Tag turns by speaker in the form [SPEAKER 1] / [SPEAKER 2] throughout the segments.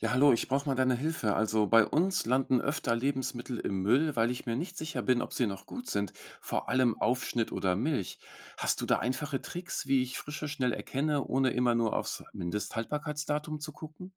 [SPEAKER 1] Ja, hallo, ich brauche mal deine Hilfe. Also bei uns landen öfter Lebensmittel im Müll, weil ich mir nicht sicher bin, ob sie noch gut sind. Vor allem Aufschnitt oder Milch. Hast du da einfache Tricks, wie ich Frische schnell erkenne, ohne immer nur aufs Mindesthaltbarkeitsdatum zu gucken?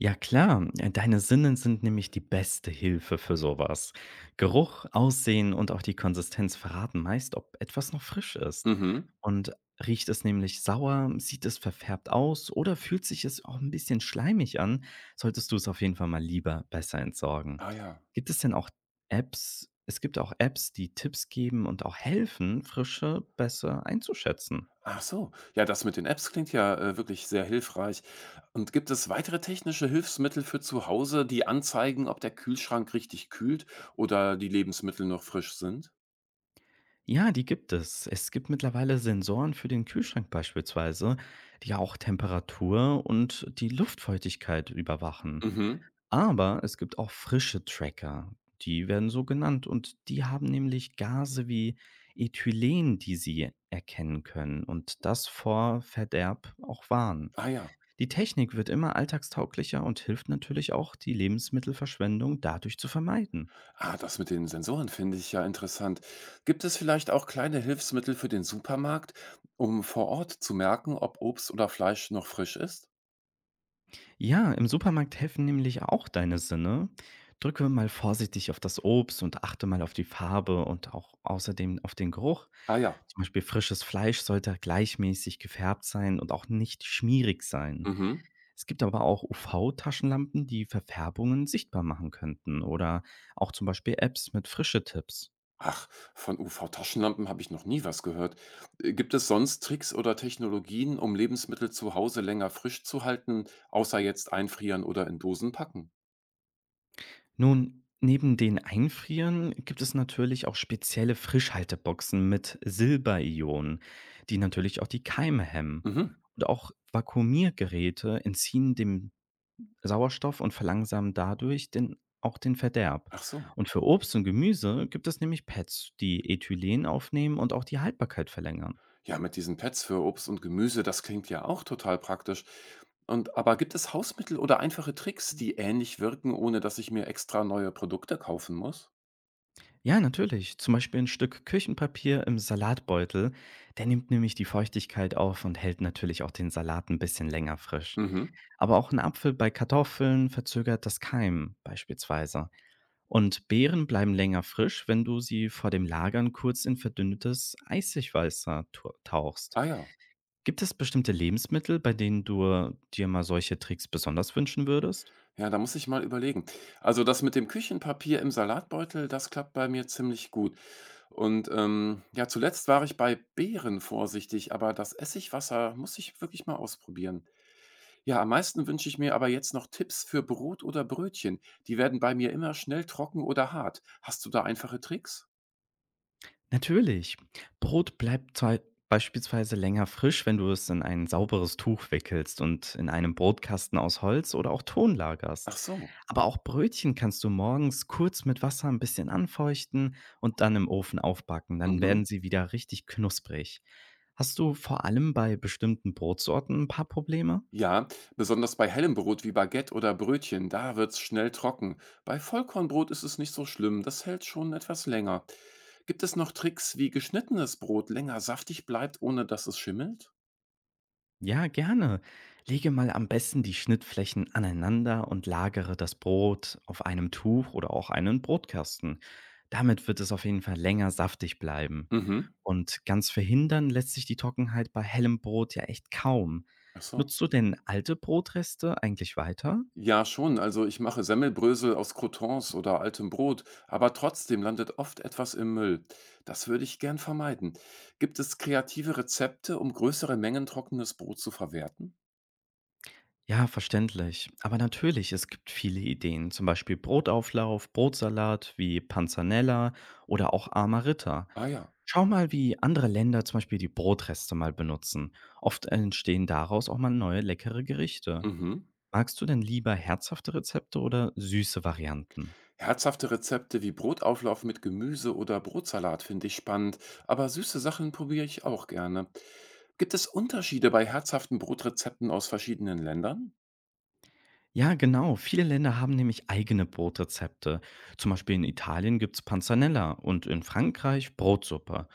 [SPEAKER 2] Ja klar, deine Sinne sind nämlich die beste Hilfe für sowas. Geruch, Aussehen und auch die Konsistenz verraten meist, ob etwas noch frisch ist.
[SPEAKER 1] Mhm.
[SPEAKER 2] Und riecht es nämlich sauer, sieht es verfärbt aus oder fühlt sich es auch ein bisschen schleimig an, solltest du es auf jeden Fall mal lieber besser entsorgen.
[SPEAKER 1] Ah ja.
[SPEAKER 2] Gibt es denn auch Apps? Es gibt auch Apps, die Tipps geben und auch helfen, Frische besser einzuschätzen.
[SPEAKER 1] Ach so. Ja, das mit den Apps klingt ja wirklich sehr hilfreich. Und gibt es weitere technische Hilfsmittel für zu Hause, die anzeigen, ob der Kühlschrank richtig kühlt oder die Lebensmittel noch frisch sind?
[SPEAKER 2] Ja, die gibt es. Es gibt mittlerweile Sensoren für den Kühlschrank beispielsweise, die ja auch Temperatur und die Luftfeuchtigkeit überwachen.
[SPEAKER 1] Mhm.
[SPEAKER 2] Aber es gibt auch frische Tracker, die werden so genannt und die haben nämlich Gase wie Ethylen, die sie erkennen können und das vor Verderb auch warnen.
[SPEAKER 1] Ah ja.
[SPEAKER 2] Die Technik wird immer alltagstauglicher und hilft natürlich auch, die Lebensmittelverschwendung dadurch zu vermeiden.
[SPEAKER 1] Ah, das mit den Sensoren finde ich ja interessant. Gibt es vielleicht auch kleine Hilfsmittel für den Supermarkt, um vor Ort zu merken, ob Obst oder Fleisch noch frisch ist?
[SPEAKER 2] Ja, im Supermarkt helfen nämlich auch deine Sinne. Drücke mal vorsichtig auf das Obst und achte mal auf die Farbe und auch außerdem auf den Geruch.
[SPEAKER 1] Ah ja.
[SPEAKER 2] Zum Beispiel frisches Fleisch sollte gleichmäßig gefärbt sein und auch nicht schmierig sein.
[SPEAKER 1] Mhm.
[SPEAKER 2] Es gibt aber auch UV-Taschenlampen, die Verfärbungen sichtbar machen könnten oder auch zum Beispiel Apps mit Frische-Tipps.
[SPEAKER 1] Ach, von UV-Taschenlampen habe ich noch nie was gehört. Gibt es sonst Tricks oder Technologien, um Lebensmittel zu Hause länger frisch zu halten, außer jetzt einfrieren oder in Dosen packen?
[SPEAKER 2] Nun, neben den Einfrieren gibt es natürlich auch spezielle Frischhalteboxen mit Silberionen, die natürlich auch die Keime hemmen.
[SPEAKER 1] Mhm.
[SPEAKER 2] Und auch Vakuumiergeräte entziehen dem Sauerstoff und verlangsamen dadurch auch den Verderb.
[SPEAKER 1] Ach so.
[SPEAKER 2] Und für Obst und Gemüse gibt es nämlich Pads, die Ethylen aufnehmen und auch die Haltbarkeit verlängern.
[SPEAKER 1] Ja, mit diesen Pads für Obst und Gemüse, das klingt ja auch total praktisch. Und aber gibt es Hausmittel oder einfache Tricks, die ähnlich wirken, ohne dass ich mir extra neue Produkte kaufen muss?
[SPEAKER 2] Ja, natürlich. Zum Beispiel ein Stück Küchenpapier im Salatbeutel. Der nimmt nämlich die Feuchtigkeit auf und hält natürlich auch den Salat ein bisschen länger frisch.
[SPEAKER 1] Mhm.
[SPEAKER 2] Aber auch ein Apfel bei Kartoffeln verzögert das Keimen beispielsweise. Und Beeren bleiben länger frisch, wenn du sie vor dem Lagern kurz in verdünntes Eisigwasser tu tauchst.
[SPEAKER 1] Ah ja.
[SPEAKER 2] Gibt es bestimmte Lebensmittel, bei denen du dir mal solche Tricks besonders wünschen würdest?
[SPEAKER 1] Ja, da muss ich mal überlegen. Also das mit dem Küchenpapier im Salatbeutel, das klappt bei mir ziemlich gut. Und ja, zuletzt war ich bei Beeren vorsichtig, aber das Essigwasser muss ich wirklich mal ausprobieren. Ja, am meisten wünsche ich mir aber jetzt noch Tipps für Brot oder Brötchen. Die werden bei mir immer schnell trocken oder hart. Hast du da einfache Tricks?
[SPEAKER 2] Natürlich. Brot bleibt zwei beispielsweise länger frisch, wenn du es in ein sauberes Tuch wickelst und in einem Brotkasten aus Holz oder auch Ton lagerst.
[SPEAKER 1] Ach so.
[SPEAKER 2] Aber auch Brötchen kannst du morgens kurz mit Wasser ein bisschen anfeuchten und dann im Ofen aufbacken. Dann
[SPEAKER 1] Mhm.
[SPEAKER 2] werden sie wieder richtig knusprig. Hast du vor allem bei bestimmten Brotsorten ein paar Probleme?
[SPEAKER 1] Ja, besonders bei hellem Brot wie Baguette oder Brötchen, da wird's schnell trocken. Bei Vollkornbrot ist es nicht so schlimm, das hält schon etwas länger. Gibt es noch Tricks, wie geschnittenes Brot länger saftig bleibt, ohne dass es schimmelt?
[SPEAKER 2] Ja, gerne. Lege mal am besten die Schnittflächen aneinander und lagere das Brot auf einem Tuch oder auch einen Brotkasten. Damit wird es auf jeden Fall länger saftig bleiben.
[SPEAKER 1] Mhm.
[SPEAKER 2] Und ganz verhindern lässt sich die Trockenheit bei hellem Brot ja echt kaum.
[SPEAKER 1] Ach so.
[SPEAKER 2] Nutzt du denn alte Brotreste eigentlich weiter?
[SPEAKER 1] Ja, schon. Also ich mache Semmelbrösel aus Croutons oder altem Brot, aber trotzdem landet oft etwas im Müll. Das würde ich gern vermeiden. Gibt es kreative Rezepte, um größere Mengen trockenes Brot zu verwerten?
[SPEAKER 2] Ja, verständlich. Aber natürlich, es gibt viele Ideen, zum Beispiel Brotauflauf, Brotsalat wie Panzanella oder auch armer
[SPEAKER 1] Ah ja.
[SPEAKER 2] Schau mal, wie andere Länder zum Beispiel die Brotreste mal benutzen. Oft entstehen daraus auch mal neue leckere Gerichte.
[SPEAKER 1] Mhm.
[SPEAKER 2] Magst du denn lieber herzhafte Rezepte oder süße Varianten?
[SPEAKER 1] Herzhafte Rezepte wie Brotauflauf mit Gemüse oder Brotsalat finde ich spannend, aber süße Sachen probiere ich auch gerne. Gibt es Unterschiede bei herzhaften Brotrezepten aus verschiedenen Ländern?
[SPEAKER 2] Ja, genau. Viele Länder haben nämlich eigene Brotrezepte. Zum Beispiel in Italien gibt's Panzanella und in Frankreich Brotsuppe.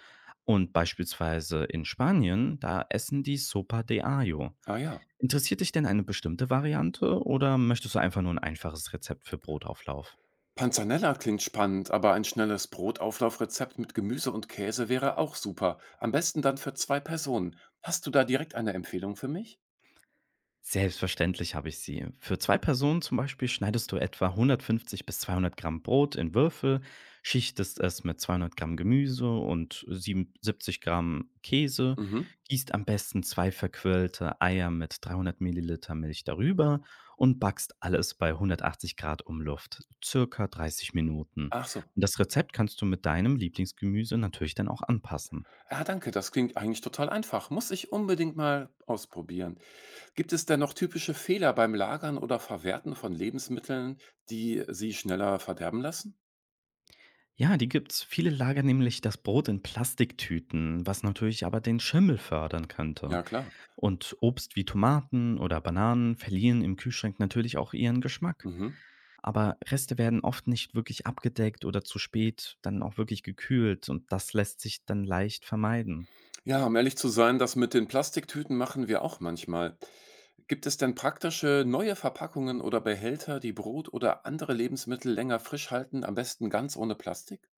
[SPEAKER 2] Und beispielsweise in Spanien, da essen die Sopa de Ajo.
[SPEAKER 1] Ah ja.
[SPEAKER 2] Interessiert dich denn eine bestimmte Variante oder möchtest du einfach nur ein einfaches Rezept für Brotauflauf?
[SPEAKER 1] Panzanella klingt spannend, aber ein schnelles Brotauflaufrezept mit Gemüse und Käse wäre auch super. Am besten dann für zwei Personen. Hast du da direkt eine Empfehlung für mich?
[SPEAKER 2] Selbstverständlich habe ich sie. Für zwei Personen zum Beispiel schneidest du etwa 150 bis 200 Gramm Brot in Würfel, schichtest es mit 200 Gramm Gemüse und 77 Gramm Käse,
[SPEAKER 1] Mhm.
[SPEAKER 2] gießt am besten zwei verquirlte Eier mit 300 Milliliter Milch darüber und backst alles bei 180 Grad Umluft, circa 30 Minuten.
[SPEAKER 1] Ach so.
[SPEAKER 2] Und das Rezept kannst du mit deinem Lieblingsgemüse natürlich dann auch anpassen.
[SPEAKER 1] Ja, danke, das klingt eigentlich total einfach. Muss ich unbedingt mal ausprobieren. Gibt es denn noch typische Fehler beim Lagern oder Verwerten von Lebensmitteln, die sie schneller verderben lassen?
[SPEAKER 2] Ja, die gibt's. Viele lagern nämlich das Brot in Plastiktüten, was natürlich aber den Schimmel fördern
[SPEAKER 1] Ja,
[SPEAKER 2] könnte.
[SPEAKER 1] klar.
[SPEAKER 2] Und Obst wie Tomaten oder Bananen verlieren im Kühlschrank natürlich auch ihren Geschmack.
[SPEAKER 1] Mhm.
[SPEAKER 2] Aber Reste werden oft nicht wirklich abgedeckt oder zu spät dann auch wirklich gekühlt und das lässt sich dann leicht vermeiden.
[SPEAKER 1] Ja, um ehrlich zu sein, das mit den Plastiktüten machen wir auch manchmal. Gibt es denn praktische neue Verpackungen oder Behälter, die Brot oder andere Lebensmittel länger frisch halten, am besten ganz ohne Plastik?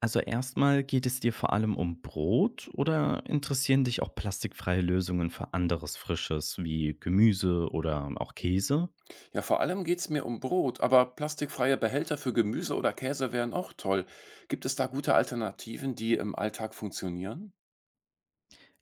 [SPEAKER 2] Also erstmal geht es dir vor allem um Brot oder interessieren dich auch plastikfreie Lösungen für anderes Frisches wie Gemüse oder auch Käse?
[SPEAKER 1] Ja, vor allem geht es mir um Brot, aber plastikfreie Behälter für Gemüse oder Käse wären auch toll. Gibt es da gute Alternativen, die im Alltag funktionieren?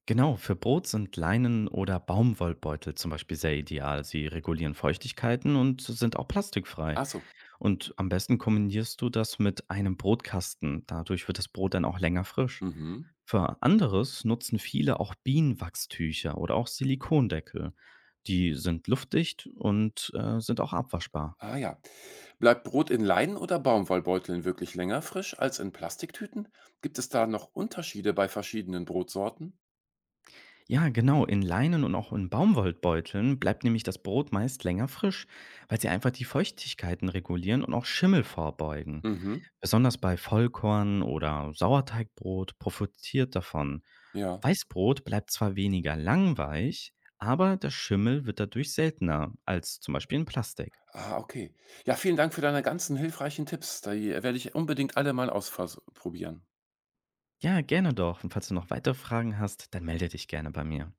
[SPEAKER 2] Genau, für Brot sind Leinen- oder Baumwollbeutel zum Beispiel sehr ideal. Sie regulieren Feuchtigkeiten und sind auch plastikfrei.
[SPEAKER 1] Ach so.
[SPEAKER 2] Und am besten kombinierst du das mit einem Brotkasten. Dadurch wird das Brot dann auch länger frisch.
[SPEAKER 1] Mhm.
[SPEAKER 2] Für anderes nutzen viele auch Bienenwachstücher oder auch Silikondeckel. Die sind luftdicht und sind auch abwaschbar.
[SPEAKER 1] Ah ja. Bleibt Brot in Leinen- oder Baumwollbeuteln wirklich länger frisch als in Plastiktüten? Gibt es da noch Unterschiede bei verschiedenen Brotsorten?
[SPEAKER 2] Ja, genau, in Leinen und auch in Baumwollbeuteln bleibt nämlich das Brot meist länger frisch, weil sie einfach die Feuchtigkeiten regulieren und auch Schimmel vorbeugen.
[SPEAKER 1] Mhm.
[SPEAKER 2] Besonders bei Vollkorn oder Sauerteigbrot profitiert davon.
[SPEAKER 1] Ja.
[SPEAKER 2] Weißbrot bleibt zwar weniger lang, aber der Schimmel wird dadurch seltener als zum Beispiel in Plastik.
[SPEAKER 1] Ah, okay. Ja, vielen Dank für deine ganzen hilfreichen Tipps. Da werde ich unbedingt alle mal ausprobieren.
[SPEAKER 2] Ja, gerne doch. Und falls du noch weitere Fragen hast, dann melde dich gerne bei mir.